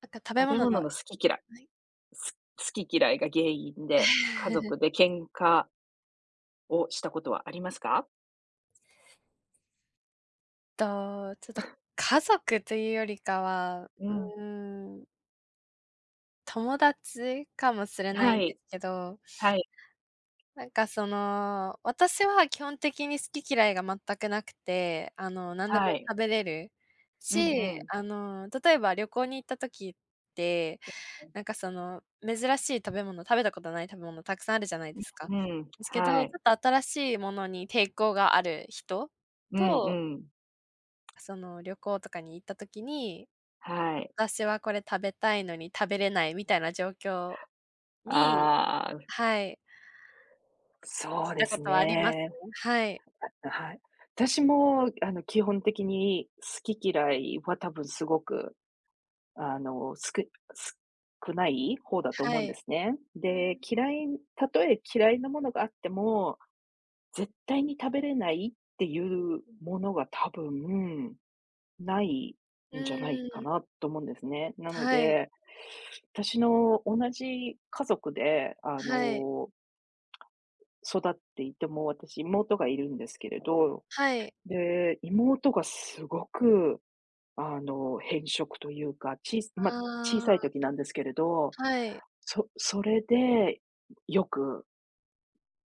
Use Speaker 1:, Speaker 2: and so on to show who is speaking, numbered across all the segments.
Speaker 1: なんか食べ
Speaker 2: 食べ
Speaker 1: 物の。
Speaker 2: 物
Speaker 1: は
Speaker 2: の好き嫌い、
Speaker 1: い。
Speaker 2: 好き嫌いが原因で、家 族で喧嘩をしたことはありますか？
Speaker 1: と、ちょっと家族というよりかは、
Speaker 2: うん。
Speaker 1: ん、友達かもしれない
Speaker 2: は
Speaker 1: んで
Speaker 2: い。
Speaker 1: すけど、
Speaker 2: はい。
Speaker 1: なんか私は基本的に好き嫌いが全くなくて、何で
Speaker 2: は
Speaker 1: も
Speaker 2: い。
Speaker 1: 食べれる
Speaker 2: うんう
Speaker 1: し、
Speaker 2: ん。
Speaker 1: 例えば旅行に行った時って、なんか珍しい食べ物、食べたことない食べ物たくさんあるじゃないですか。
Speaker 2: うん、
Speaker 1: ですけど、ち
Speaker 2: はい。
Speaker 1: ょっと新しいものに抵抗がある人
Speaker 2: うんう
Speaker 1: と、
Speaker 2: ん。
Speaker 1: 旅行とかに行った時に、
Speaker 2: はい。
Speaker 1: 私はこれ食べたいのに食べれないみたいな状況に、
Speaker 2: ああ、
Speaker 1: はい、し
Speaker 2: そ
Speaker 1: っ
Speaker 2: うで
Speaker 1: たこ
Speaker 2: す
Speaker 1: とはあります。
Speaker 2: ね。
Speaker 1: はい。
Speaker 2: はい。私もあの、基本的に好き嫌いは多分すごく、あの、少ない方だと思
Speaker 1: は
Speaker 2: うんで
Speaker 1: い。
Speaker 2: すね。
Speaker 1: う
Speaker 2: で、
Speaker 1: ん。
Speaker 2: たとえ嫌いなものがあっても絶対に食べれないっていうものが多分ない
Speaker 1: う
Speaker 2: んじゃない
Speaker 1: ー
Speaker 2: か
Speaker 1: ん。
Speaker 2: なと思うんですね。なの
Speaker 1: はい。
Speaker 2: で、私の同じ家族で、あ
Speaker 1: はい。
Speaker 2: の、育っていても、私妹がいるんですけれど、
Speaker 1: はい。
Speaker 2: で、妹がすごく、あの、偏食というか、まあ、小さい
Speaker 1: あ
Speaker 2: 時なんですけれど、
Speaker 1: あ、はい。
Speaker 2: それでよく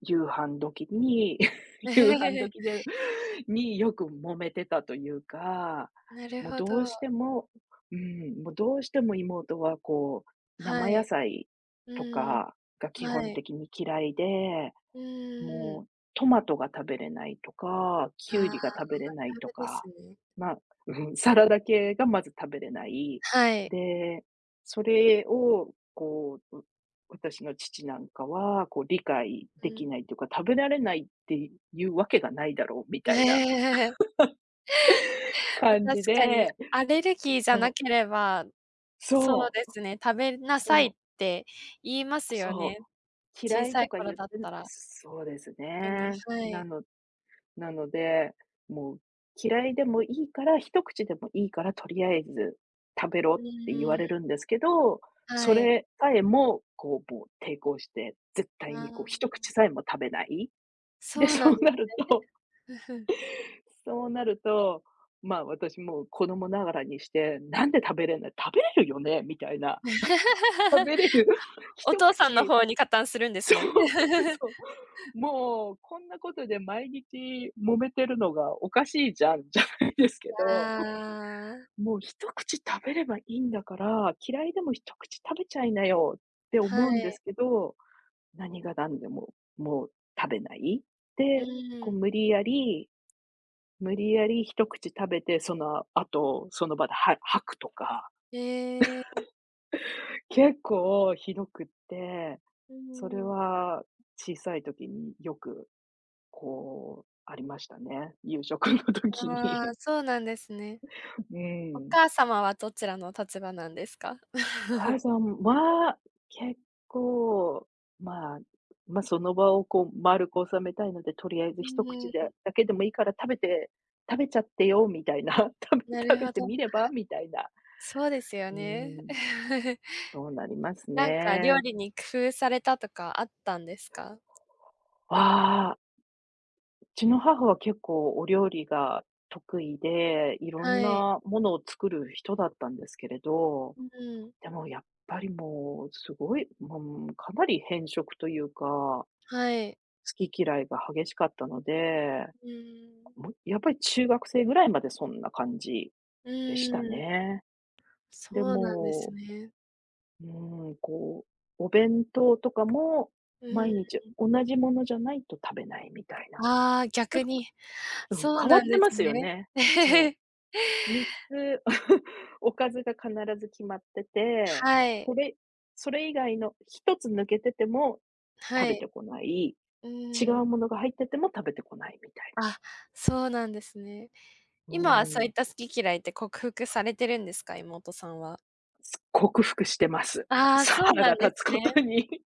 Speaker 2: 夕飯時に 夕飯 時でによく揉めてたというか、
Speaker 1: なる
Speaker 2: もう
Speaker 1: ほ
Speaker 2: どう
Speaker 1: ど。
Speaker 2: してもうん、もうどうしても妹はこう、
Speaker 1: は
Speaker 2: 生野
Speaker 1: い。
Speaker 2: 菜と
Speaker 1: うん。
Speaker 2: かが基
Speaker 1: は
Speaker 2: 本
Speaker 1: い。
Speaker 2: 的に嫌いで
Speaker 1: うんん。
Speaker 2: もう、トマトが食べれないとか、
Speaker 1: ああ、
Speaker 2: キュウ
Speaker 1: な
Speaker 2: リが食べれない
Speaker 1: る
Speaker 2: と
Speaker 1: ほどです
Speaker 2: か、
Speaker 1: ね。
Speaker 2: まあ、うん、サラダ系がまず食べれない。
Speaker 1: はい。
Speaker 2: で、それを、こう、私の父なんかは、こう、理解
Speaker 1: う
Speaker 2: で
Speaker 1: ん。
Speaker 2: きないというか、食べられないっていうわけがないだろうみたいな 感じ
Speaker 1: 確かに、
Speaker 2: で、
Speaker 1: アレルギーじゃな
Speaker 2: そう、
Speaker 1: ければ、そう
Speaker 2: そ
Speaker 1: で
Speaker 2: う、
Speaker 1: すね、食べなさいっ
Speaker 2: そう、
Speaker 1: て言いますよ
Speaker 2: そ
Speaker 1: ね。
Speaker 2: う、
Speaker 1: 小
Speaker 2: 嫌い
Speaker 1: さ
Speaker 2: と
Speaker 1: い
Speaker 2: か
Speaker 1: 頃
Speaker 2: 言って
Speaker 1: だったら、
Speaker 2: そうです
Speaker 1: 特に、
Speaker 2: ね。
Speaker 1: はい。
Speaker 2: なので、もう嫌いでもいいから、一口でもいいから、とりあえず食べろっ
Speaker 1: う
Speaker 2: て言
Speaker 1: ー
Speaker 2: われ
Speaker 1: ん、
Speaker 2: るんですけど、
Speaker 1: は
Speaker 2: そ
Speaker 1: い。
Speaker 2: れさえも、こう、もう抵抗して、絶対
Speaker 1: あ
Speaker 2: にこう一
Speaker 1: あ、
Speaker 2: 口さえも食べない。で、
Speaker 1: そうなんです。
Speaker 2: そうなると、まあ、私もう子供ながらにして、「なんで食べれない？食べれるよね？」みたいな。
Speaker 1: ふふ、
Speaker 2: 食べれる
Speaker 1: お
Speaker 2: 一
Speaker 1: 父さんの
Speaker 2: 口
Speaker 1: 方に加担するんです
Speaker 2: そ
Speaker 1: ね。
Speaker 2: う、そう。もう、こんなことで毎日揉めてるのがおかしいじゃん、じゃないですけど、
Speaker 1: ああ、
Speaker 2: もう一口食べればいいんだから、嫌いでも一口食べちゃいなよって
Speaker 1: は
Speaker 2: 思うんです
Speaker 1: い。
Speaker 2: けど、何が何でも、もう食べない。
Speaker 1: う
Speaker 2: で、こう
Speaker 1: ん。
Speaker 2: 無理やり、一口食べて、その後、その場では吐くとか、
Speaker 1: ええ、
Speaker 2: 結構ひどくって、
Speaker 1: う
Speaker 2: それ
Speaker 1: ん。
Speaker 2: は小さい時によくこう、ありましたね。夕食の時
Speaker 1: ああ、
Speaker 2: に。
Speaker 1: そうなんですね。
Speaker 2: う
Speaker 1: お
Speaker 2: ん。
Speaker 1: 母様はどちらの立場なんですか？
Speaker 2: 母さんは、結構、まあ、ま、その場をこう丸く収めたいので、とりあえず
Speaker 1: う
Speaker 2: 一口
Speaker 1: ーん、
Speaker 2: でだけでもいいから食べてちゃってよみたいな、
Speaker 1: なる
Speaker 2: 食べ
Speaker 1: ほ
Speaker 2: て
Speaker 1: ど。
Speaker 2: みればみたいな。
Speaker 1: そうですよ
Speaker 2: う
Speaker 1: ね。
Speaker 2: ーん、そうなります
Speaker 1: なんか料
Speaker 2: ね。
Speaker 1: 理に工夫されたとかあったんですか？
Speaker 2: ああ、うちの母は結構お料理が得意で、いろん
Speaker 1: はい。
Speaker 2: なものを作る人だったんですけれど、
Speaker 1: うん、
Speaker 2: でもやっぱりもう、すごい、もう、かなり偏食というか、
Speaker 1: はい。
Speaker 2: 好き嫌いが激しかったので、
Speaker 1: うーん。
Speaker 2: もうやっぱり中学生ぐらいまでそんな感じ
Speaker 1: う
Speaker 2: でした
Speaker 1: ーん、
Speaker 2: ね。で、
Speaker 1: そうなんです
Speaker 2: も
Speaker 1: ね。
Speaker 2: う、ーん、こう、お弁当とかも
Speaker 1: うん。
Speaker 2: 毎日同じものじゃないと食べないみたいな。
Speaker 1: ああ、逆
Speaker 2: ちょっ
Speaker 1: に。
Speaker 2: と、うん、
Speaker 1: そう
Speaker 2: 変わ
Speaker 1: なん
Speaker 2: って
Speaker 1: で
Speaker 2: ま
Speaker 1: す
Speaker 2: すよ
Speaker 1: ね。
Speaker 2: ね。そ う。3つ おかずが必ず決まってて、
Speaker 1: はい、
Speaker 2: これそれ以外の一つ抜けてても、
Speaker 1: は
Speaker 2: 食べ
Speaker 1: い。
Speaker 2: てこない、
Speaker 1: う
Speaker 2: 違う
Speaker 1: ーん。
Speaker 2: ものが入ってても食べてこないみたい
Speaker 1: あ、そうなんですね。
Speaker 2: な。
Speaker 1: 今はそう
Speaker 2: う
Speaker 1: い
Speaker 2: ん、
Speaker 1: った好き嫌いって克服されてるんですか？妹さんは。
Speaker 2: 克服してます。
Speaker 1: ああ、そう
Speaker 2: 腹
Speaker 1: なん
Speaker 2: が
Speaker 1: です
Speaker 2: 立つこ
Speaker 1: ね。
Speaker 2: とに。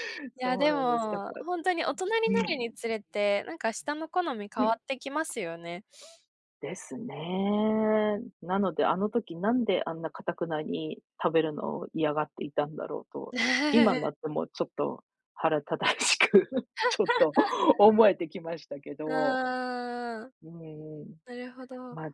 Speaker 1: いや、
Speaker 2: そう
Speaker 1: で
Speaker 2: なんです。だか
Speaker 1: も、
Speaker 2: ら
Speaker 1: ほんとに大人に
Speaker 2: う
Speaker 1: なる
Speaker 2: ん、
Speaker 1: につれて、なんか舌の好み変
Speaker 2: う
Speaker 1: わ
Speaker 2: ん。
Speaker 1: ってきますよね。
Speaker 2: ですね。なので、あの時なんであんなかたくなに食べるのを嫌がっていたんだろうと、今に なってもちょっと腹正しく ちょっと思えてきましたけ
Speaker 1: う
Speaker 2: ど、
Speaker 1: ーん、
Speaker 2: うん、
Speaker 1: なるほど。
Speaker 2: まあ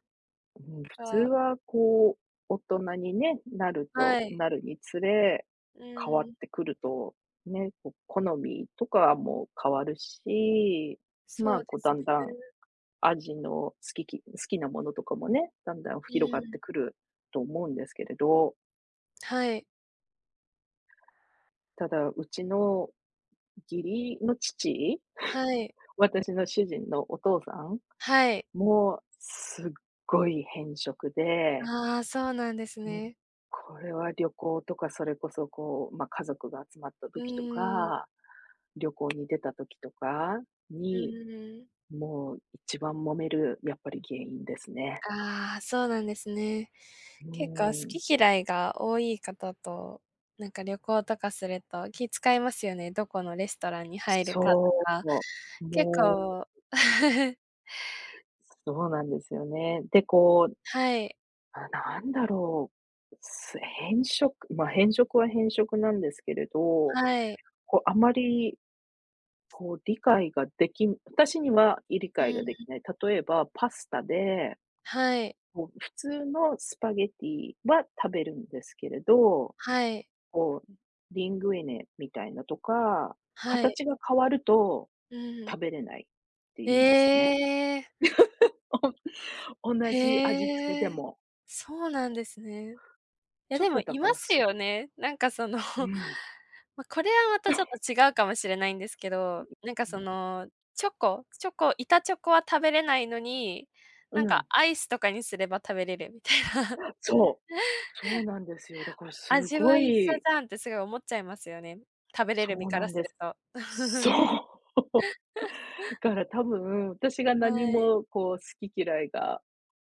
Speaker 2: うん、普通
Speaker 1: あ、
Speaker 2: はこう、大人にね、
Speaker 1: はい。
Speaker 2: なるにつれ、
Speaker 1: う
Speaker 2: 変わっ
Speaker 1: ん、
Speaker 2: てくると、ね、こう好みとかも変わるし、
Speaker 1: そ
Speaker 2: まあ、
Speaker 1: うで
Speaker 2: こう
Speaker 1: す
Speaker 2: だ
Speaker 1: ね。
Speaker 2: んだん味の好きなものとかもね、だんだん
Speaker 1: う
Speaker 2: 広がっ
Speaker 1: ん、
Speaker 2: てくると思うんですけれど、
Speaker 1: はい、
Speaker 2: ただ、うちの義理の父、
Speaker 1: はい、
Speaker 2: 私の主人のお父さん
Speaker 1: はい。
Speaker 2: もすっごい偏食で、
Speaker 1: ああ、そうなんです
Speaker 2: もう
Speaker 1: ね。
Speaker 2: これは旅行とか、それこそこう、まあ、家族が集まった
Speaker 1: う
Speaker 2: 時と
Speaker 1: ーん、
Speaker 2: か、旅行に出た時とか
Speaker 1: う
Speaker 2: に、
Speaker 1: ーん。
Speaker 2: もう一番揉める、やっぱり原因ですね。
Speaker 1: ああ、そうなんですね。
Speaker 2: う
Speaker 1: 結構好
Speaker 2: ん。
Speaker 1: き嫌いが多い方と、なんか旅行とかすると気遣いますよね。どこのレストランに入るかと
Speaker 2: そ
Speaker 1: か。
Speaker 2: う。
Speaker 1: 結
Speaker 2: もう、
Speaker 1: 構
Speaker 2: そうなんですよね。で、こう、
Speaker 1: はい、
Speaker 2: あ、なんだろう、偏食、変色は変色なんですけれど、
Speaker 1: はい。
Speaker 2: こう、あまり、こう、理解ができん私には理解
Speaker 1: う
Speaker 2: ができ
Speaker 1: ん。
Speaker 2: ない。例えばパスタで
Speaker 1: はい、
Speaker 2: こう、普通のスパゲティは食べるんですけれど、
Speaker 1: はい、
Speaker 2: こう、リングイネみたいなとか、
Speaker 1: はい。
Speaker 2: 形が変わると
Speaker 1: うん。
Speaker 2: 食べれないって
Speaker 1: え
Speaker 2: 言うんですね。
Speaker 1: え。
Speaker 2: 同じ味付け
Speaker 1: へえ。
Speaker 2: でも。
Speaker 1: そうなんですね。いや、
Speaker 2: ちょ
Speaker 1: で
Speaker 2: っと
Speaker 1: も
Speaker 2: だ
Speaker 1: い
Speaker 2: か
Speaker 1: ま
Speaker 2: ら
Speaker 1: す
Speaker 2: す
Speaker 1: よね。なんか
Speaker 2: う ん。
Speaker 1: まあ、これはまたちょっと違うかもしれないんですけど、なんか
Speaker 2: うん。
Speaker 1: チョコ板チョコは食べれないのに、
Speaker 2: う
Speaker 1: なんか
Speaker 2: ん。
Speaker 1: アイスとかにすれば食べれるみたいな。
Speaker 2: そう。そうなんですよ。だからす
Speaker 1: 味
Speaker 2: ご
Speaker 1: は一緒
Speaker 2: い
Speaker 1: じゃんってすごい思っちゃいますよね。食べれる身
Speaker 2: そう
Speaker 1: か
Speaker 2: な
Speaker 1: ら
Speaker 2: ん
Speaker 1: す
Speaker 2: で
Speaker 1: る
Speaker 2: す。
Speaker 1: と。
Speaker 2: そう。だから多分、私が何
Speaker 1: はい、
Speaker 2: もこう好き嫌いが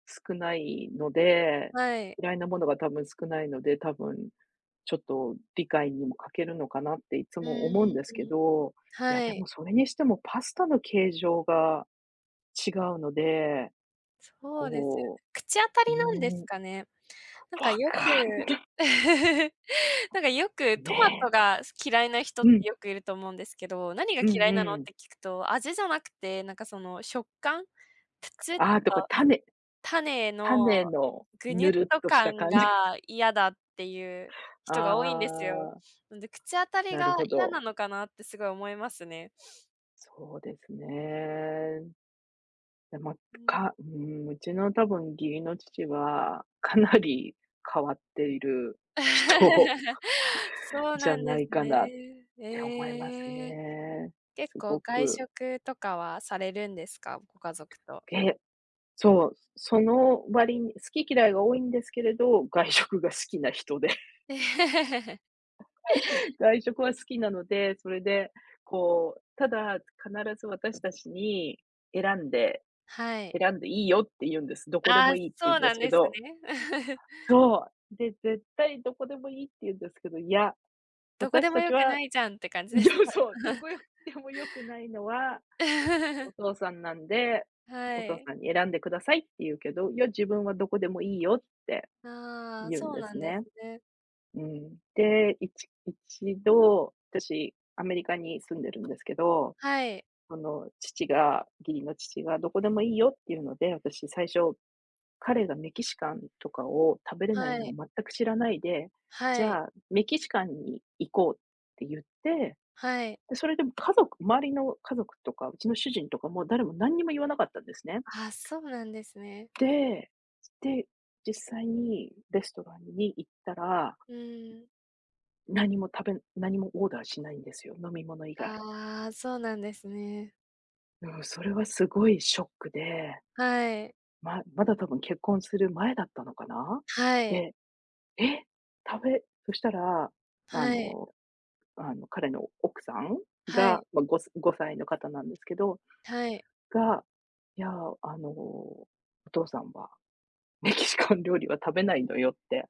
Speaker 2: 少ないので、
Speaker 1: はい。
Speaker 2: 嫌いなものが多分少ないので、多分ちょっと理解にも欠けるのかなっていつ
Speaker 1: う
Speaker 2: も思うん
Speaker 1: ー
Speaker 2: ですけ
Speaker 1: ん、
Speaker 2: ど、いや、
Speaker 1: は
Speaker 2: でも
Speaker 1: い。
Speaker 2: それにしてもパスタの形状が違うので、
Speaker 1: そうですよ
Speaker 2: こ
Speaker 1: ね。口当た
Speaker 2: う、う
Speaker 1: りなんです
Speaker 2: ーん、
Speaker 1: かね。なんか
Speaker 2: わ
Speaker 1: よく
Speaker 2: かん
Speaker 1: なんかよく
Speaker 2: ね
Speaker 1: トマト
Speaker 2: え。
Speaker 1: が嫌いな人っ
Speaker 2: うん、
Speaker 1: てよくいると思うんですけど、何が
Speaker 2: う
Speaker 1: 嫌
Speaker 2: ん
Speaker 1: いなの
Speaker 2: う
Speaker 1: って
Speaker 2: ん。
Speaker 1: 聞くと、味じゃなくて、なんか食感、プチュ
Speaker 2: ああ、とか
Speaker 1: 種の
Speaker 2: 種の
Speaker 1: ぐにゅ
Speaker 2: ぬ
Speaker 1: っ
Speaker 2: るっ
Speaker 1: と
Speaker 2: とした
Speaker 1: 感
Speaker 2: 感じ。
Speaker 1: が嫌だっていう 人が多いんですよ。
Speaker 2: ああ、
Speaker 1: なんで口当たり
Speaker 2: なる
Speaker 1: が
Speaker 2: ほ
Speaker 1: 嫌
Speaker 2: ど。
Speaker 1: なのかなってすごい思いますね。
Speaker 2: そうですね。でも、
Speaker 1: うん
Speaker 2: うーん、うちの多分義理の父は、かなり変わっている人
Speaker 1: そう
Speaker 2: じ
Speaker 1: な
Speaker 2: ゃ
Speaker 1: んで
Speaker 2: な
Speaker 1: す
Speaker 2: いかなっ
Speaker 1: ね。
Speaker 2: て思います
Speaker 1: ええ。
Speaker 2: ね。
Speaker 1: 結
Speaker 2: す
Speaker 1: 構
Speaker 2: ご
Speaker 1: 外
Speaker 2: く。
Speaker 1: 食とかはされるんですか？ご家族と。
Speaker 2: で、そう、その割に好き嫌いが多いんですけれど、外食が好きな人で、外食は好きなので、それで、こう、ただ、必ず私たちに選んで
Speaker 1: はい。
Speaker 2: 選んでいいよって言うんです。どこで
Speaker 1: ああ、
Speaker 2: もいいって言
Speaker 1: そ
Speaker 2: うん
Speaker 1: う
Speaker 2: で
Speaker 1: な
Speaker 2: す
Speaker 1: ん
Speaker 2: け
Speaker 1: です
Speaker 2: ど、
Speaker 1: ね。
Speaker 2: そう。で、絶対どこでもいいって言うんですけど、いや、
Speaker 1: どこで
Speaker 2: 私
Speaker 1: も
Speaker 2: た
Speaker 1: よ
Speaker 2: ち
Speaker 1: く
Speaker 2: は、
Speaker 1: ないじゃんって感じで
Speaker 2: いや、
Speaker 1: す か？
Speaker 2: そう、どこよでも良くないのは、お 父さんなんで、
Speaker 1: は
Speaker 2: お父
Speaker 1: い。
Speaker 2: さんに選んでくださいって言うけど、いや、自分はどこでもいいよって
Speaker 1: ああ、
Speaker 2: 言う
Speaker 1: そ
Speaker 2: ん
Speaker 1: う
Speaker 2: で
Speaker 1: な
Speaker 2: す
Speaker 1: んで
Speaker 2: ね。
Speaker 1: すね。
Speaker 2: うん。で、一度、私、アメリカに住んでるんですけど、
Speaker 1: はい、
Speaker 2: その父が義理の父がどこでもいいよっていうので、私最初、彼がメキシカンとかを食べれな
Speaker 1: は
Speaker 2: いのを
Speaker 1: い、
Speaker 2: 全く知らないで、
Speaker 1: は
Speaker 2: じ
Speaker 1: い、
Speaker 2: ゃあ、メキシカンに行こうって言って、
Speaker 1: はい。
Speaker 2: で、それでも周りの家族とか、うちの主人とかも誰も何にも言わなかったんですね。
Speaker 1: ああ、そうなんですね。
Speaker 2: で、で、実際にレストランに行ったら、
Speaker 1: うん。
Speaker 2: 何もオーダーしないんですよ、飲み物以外。
Speaker 1: ああ、そうなんですね。
Speaker 2: うん、それはすごいショックで、
Speaker 1: はい、
Speaker 2: まだ多分結婚する前だったのかな。
Speaker 1: はい、
Speaker 2: で、え、そしたら、あ
Speaker 1: はい、
Speaker 2: のあの、彼の奥さん
Speaker 1: は
Speaker 2: が、
Speaker 1: い、
Speaker 2: まあ、5歳の方なんですけど、
Speaker 1: はい。
Speaker 2: が、いや、あの、お父さんはメキシカン料理は食べないのよって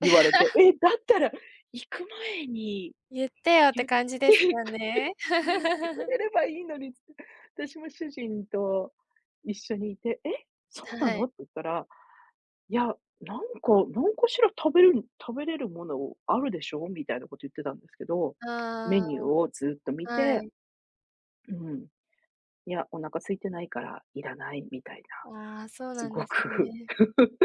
Speaker 2: 言われて、え、だったら行く前に
Speaker 1: 言ってよって
Speaker 2: 言っ
Speaker 1: 感じです
Speaker 2: て
Speaker 1: よ
Speaker 2: くれ
Speaker 1: ね。
Speaker 2: 言ってく れればいいのにって、私も主人と一緒にいて、え、そうな
Speaker 1: は
Speaker 2: の
Speaker 1: い。
Speaker 2: って言ったら、いや、なんか、なんかしら食べる食べれるものあるでしょみたいなこと言ってたんですけど、メニュ
Speaker 1: あ
Speaker 2: ーをずっと見
Speaker 1: あ、は
Speaker 2: て、
Speaker 1: い。
Speaker 2: うん。いや、お腹空いてないからいらないみたいな、
Speaker 1: ああ、そう
Speaker 2: す
Speaker 1: なん
Speaker 2: ご
Speaker 1: です
Speaker 2: く
Speaker 1: ね。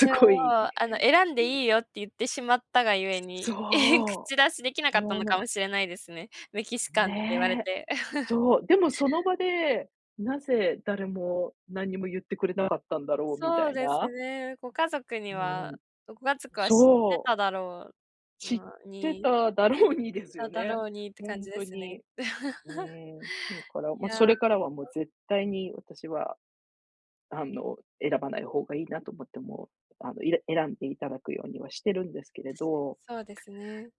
Speaker 1: でも、
Speaker 2: ごい、
Speaker 1: 選んでいいよって言ってしまったがゆえに、
Speaker 2: そ
Speaker 1: 口出しできな
Speaker 2: う、
Speaker 1: かった
Speaker 2: もう
Speaker 1: のか
Speaker 2: な、
Speaker 1: もしれないですね。メキシカンって言われ
Speaker 2: ねえ、
Speaker 1: て。
Speaker 2: そう、でもその場で、なぜ誰も何も言ってくれなかったんだろうみた
Speaker 1: そう
Speaker 2: い
Speaker 1: です
Speaker 2: な、
Speaker 1: ね。ご家族に
Speaker 2: う
Speaker 1: は
Speaker 2: ん、
Speaker 1: ご家族は知って
Speaker 2: そう、
Speaker 1: う
Speaker 2: 知っ
Speaker 1: の
Speaker 2: て
Speaker 1: に
Speaker 2: ただろうにです
Speaker 1: た
Speaker 2: よ
Speaker 1: だ
Speaker 2: ね、
Speaker 1: ろうにって感
Speaker 2: 本
Speaker 1: じで
Speaker 2: 当
Speaker 1: すね。
Speaker 2: に。うん、だから、
Speaker 1: い
Speaker 2: まあ、そ
Speaker 1: や、
Speaker 2: れからはもう絶対に私はあの、選ばない方がいいなと思っても、あの、選んでいただくようにはしてるんですけれど、
Speaker 1: そうですね。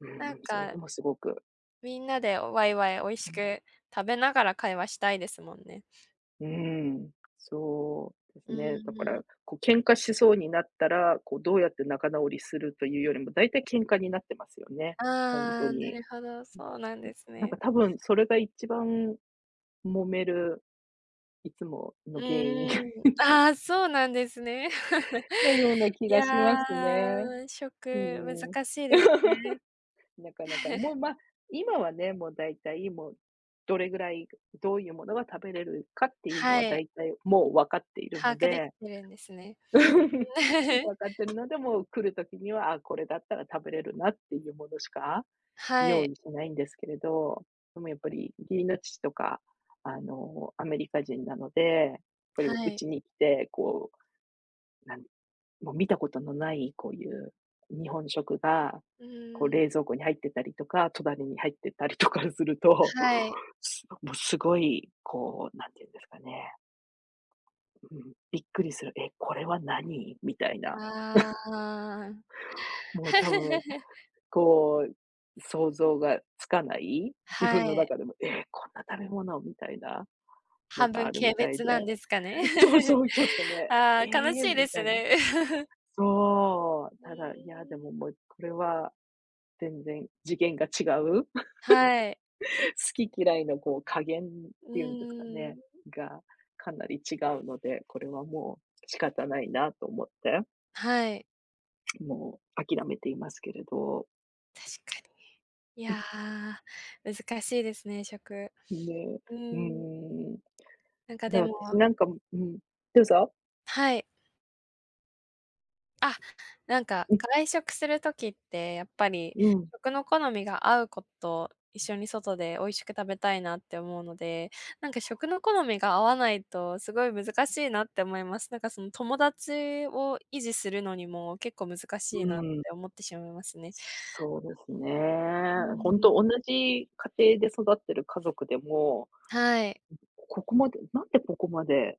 Speaker 2: うー
Speaker 1: なん
Speaker 2: ん、それ
Speaker 1: か、
Speaker 2: でもすごく、
Speaker 1: みんなでワイワイ美味しく食べながら会話したいですもんね。
Speaker 2: うん、そうです
Speaker 1: う
Speaker 2: ね。だ
Speaker 1: ん
Speaker 2: か
Speaker 1: う
Speaker 2: ら、
Speaker 1: ん。
Speaker 2: こう喧嘩しそうになったら、こうどうやって仲直りするというよりも、だいたい喧嘩になってますよね、ほんと
Speaker 1: ああ、な
Speaker 2: に。
Speaker 1: るほど、そうなんです
Speaker 2: なん
Speaker 1: ね。
Speaker 2: か多分それが一番揉める、いつも
Speaker 1: う
Speaker 2: の
Speaker 1: ん
Speaker 2: 原因
Speaker 1: うん。ああ、そうなんですね。
Speaker 2: な ような気
Speaker 1: い
Speaker 2: がしま
Speaker 1: や、
Speaker 2: すね。う
Speaker 1: 食、
Speaker 2: ーん。
Speaker 1: 難しいですね。
Speaker 2: なかなか、もう、まあ、今はね、もう大体もう、どれぐらい、どういうものが食べれるかっていうの
Speaker 1: は
Speaker 2: は
Speaker 1: い、
Speaker 2: 大体もう分かっている
Speaker 1: 把
Speaker 2: の
Speaker 1: 握でき
Speaker 2: で、
Speaker 1: てるんですね。
Speaker 2: 分か ってるので、もう来る時には、あ、これだったら食べれるなっていうものしか
Speaker 1: は
Speaker 2: 用
Speaker 1: い、
Speaker 2: 意しないんですけれど、でもやっぱり義理の父とか、アメリカ人なので、やっぱり
Speaker 1: は
Speaker 2: う
Speaker 1: い。
Speaker 2: ちに来て、う、なんもう見たことのない、こういう日本食が、
Speaker 1: う
Speaker 2: こう
Speaker 1: ーん、
Speaker 2: 冷蔵庫に入ってたりとか、隣に入ってたりとかすると、
Speaker 1: は い。
Speaker 2: もうすごい、こう、なんていうんですかね、うん、びっくりする、え、これは何？みたいな。
Speaker 1: ああ。
Speaker 2: もう多分、こう、想像がつかない、自分
Speaker 1: は
Speaker 2: の
Speaker 1: い。
Speaker 2: 中でも、え、こんな食べ物？みたいなの
Speaker 1: 半
Speaker 2: が
Speaker 1: 分
Speaker 2: ある
Speaker 1: 軽
Speaker 2: みたい
Speaker 1: 蔑な
Speaker 2: で。
Speaker 1: んですかね。
Speaker 2: そう そう、ちょっとね、
Speaker 1: あ
Speaker 2: え
Speaker 1: あ、悲
Speaker 2: え、
Speaker 1: しいで
Speaker 2: み
Speaker 1: す
Speaker 2: たいな。
Speaker 1: ね。
Speaker 2: そう、
Speaker 1: う
Speaker 2: ただ、いや、で
Speaker 1: ーん。
Speaker 2: ももうこれは全然次元が違う 好
Speaker 1: はい。
Speaker 2: き嫌いのこう加減っ
Speaker 1: う
Speaker 2: ていうんですか
Speaker 1: ーん。
Speaker 2: ね、がかなり違うので、これはもう仕方ないなと思って、
Speaker 1: はい。
Speaker 2: もう諦めていますけれど。
Speaker 1: 確かに。いやー、難しいですね、食。
Speaker 2: ね、
Speaker 1: う
Speaker 2: うー
Speaker 1: ん、
Speaker 2: ん。
Speaker 1: なんか
Speaker 2: だから
Speaker 1: でも、
Speaker 2: 私なんかうん。どうぞ。
Speaker 1: はい。あ、なんか
Speaker 2: うん、
Speaker 1: 外食するときってやっぱり
Speaker 2: うん、
Speaker 1: 食の好みが合う子と一緒に外で美味しく食べたいなって思うので、なんか食の好みが合わないとすごい難しいなって思います。なんか友達を維持するのにも結構難しい
Speaker 2: う
Speaker 1: なっ
Speaker 2: ん。
Speaker 1: て思ってしまいますね。
Speaker 2: そうですね。
Speaker 1: う
Speaker 2: 本
Speaker 1: ん、
Speaker 2: 当同じ家庭で育ってる家族でも
Speaker 1: はい。
Speaker 2: ここまで、なんでここまで、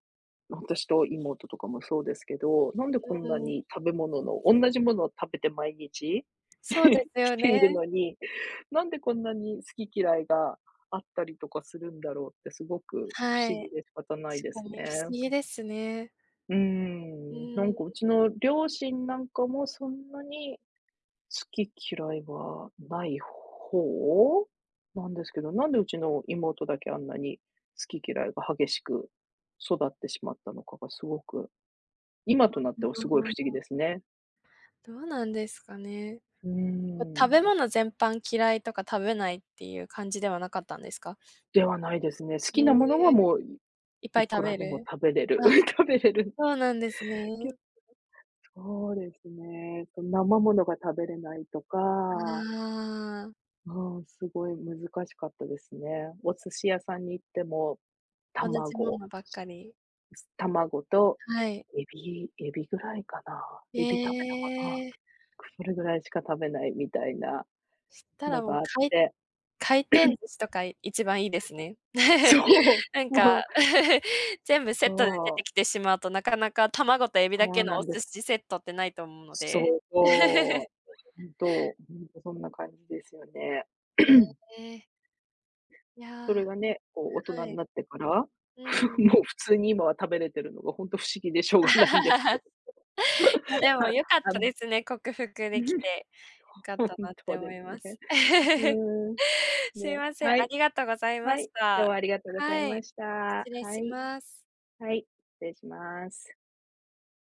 Speaker 2: 私と妹とかもそうですけど、なんでこ
Speaker 1: う
Speaker 2: んな
Speaker 1: ん、
Speaker 2: に食べ物の同じものを食べて毎日
Speaker 1: そうです
Speaker 2: 来
Speaker 1: よ
Speaker 2: てい
Speaker 1: ね。
Speaker 2: るのに、なんでこんなに好き嫌いがあったりとかするんだろうってすごく不
Speaker 1: は
Speaker 2: 思議
Speaker 1: い。
Speaker 2: で仕方ない
Speaker 1: 確
Speaker 2: で
Speaker 1: か
Speaker 2: す
Speaker 1: に、不
Speaker 2: ね。
Speaker 1: 思議ですね。
Speaker 2: うー
Speaker 1: う
Speaker 2: ん、なんかう
Speaker 1: ー
Speaker 2: ちの両親なんかもそんなに好き嫌いはない方なんですけど、なんでうちの妹だけあんなに好き嫌いが激しく育ってしまったのかがすごく、今となってはすごい不思議
Speaker 1: ん、
Speaker 2: ですね。
Speaker 1: どうなんですかね。
Speaker 2: うー
Speaker 1: 食
Speaker 2: ん。
Speaker 1: べ物全般嫌いとか食べないっていう感じではなかったんですか？
Speaker 2: ではないですね。好
Speaker 1: へ
Speaker 2: きなものは
Speaker 1: え、
Speaker 2: もう、い
Speaker 1: いっぱ
Speaker 2: い
Speaker 1: い
Speaker 2: く
Speaker 1: 食
Speaker 2: ら
Speaker 1: べ
Speaker 2: でも
Speaker 1: る？
Speaker 2: 食べれる。
Speaker 1: あ、
Speaker 2: 食べれる。
Speaker 1: そうなんですね。
Speaker 2: けそうですね。その生ものが食べれないとか、
Speaker 1: あ
Speaker 2: うん、すごい難しかったですね。お寿司屋さんに行っても、
Speaker 1: あ、同じも
Speaker 2: 卵、
Speaker 1: のばっかり。
Speaker 2: 卵と
Speaker 1: はい。
Speaker 2: エビエビぐらいかな。
Speaker 1: え
Speaker 2: エビ食べたかな。
Speaker 1: え、
Speaker 2: それぐらいしか食べないみたいな
Speaker 1: た
Speaker 2: の
Speaker 1: らもう、
Speaker 2: があっ
Speaker 1: かい
Speaker 2: て。
Speaker 1: 回転寿司とか一番いいですね。
Speaker 2: そう、
Speaker 1: なん
Speaker 2: も
Speaker 1: か
Speaker 2: う、
Speaker 1: 全部セ
Speaker 2: そ
Speaker 1: ットで出て
Speaker 2: う、
Speaker 1: きてしまうと、なかなか卵とエビだ
Speaker 2: そ
Speaker 1: け
Speaker 2: う
Speaker 1: の
Speaker 2: な
Speaker 1: お
Speaker 2: んで
Speaker 1: 寿
Speaker 2: す。
Speaker 1: 司セットってないと思うので。
Speaker 2: そう そほんと、ほんとそんな感じですよね。
Speaker 1: え え、いや、
Speaker 2: そ
Speaker 1: は
Speaker 2: れがね、こう大人に
Speaker 1: い。
Speaker 2: なってから、
Speaker 1: うん。
Speaker 2: もう普通に今は食べれてるのがほんと不思議でしょうがないんですけ ど。
Speaker 1: いや、で も
Speaker 2: はい、
Speaker 1: 良かっ
Speaker 2: あ
Speaker 1: た
Speaker 2: の
Speaker 1: ですね、克服できて。良かっ
Speaker 2: ほん
Speaker 1: たなって
Speaker 2: と
Speaker 1: 思
Speaker 2: で
Speaker 1: い
Speaker 2: す
Speaker 1: ま
Speaker 2: ね。
Speaker 1: す。
Speaker 2: う ーん、
Speaker 1: すい
Speaker 2: ね、
Speaker 1: ません、あ
Speaker 2: はい、
Speaker 1: りがとうございま
Speaker 2: は
Speaker 1: し
Speaker 2: い、今日
Speaker 1: た。
Speaker 2: はありがとうござい
Speaker 1: は
Speaker 2: ま
Speaker 1: い、
Speaker 2: した。は
Speaker 1: 失礼し
Speaker 2: い。
Speaker 1: ます。
Speaker 2: はい、失礼します。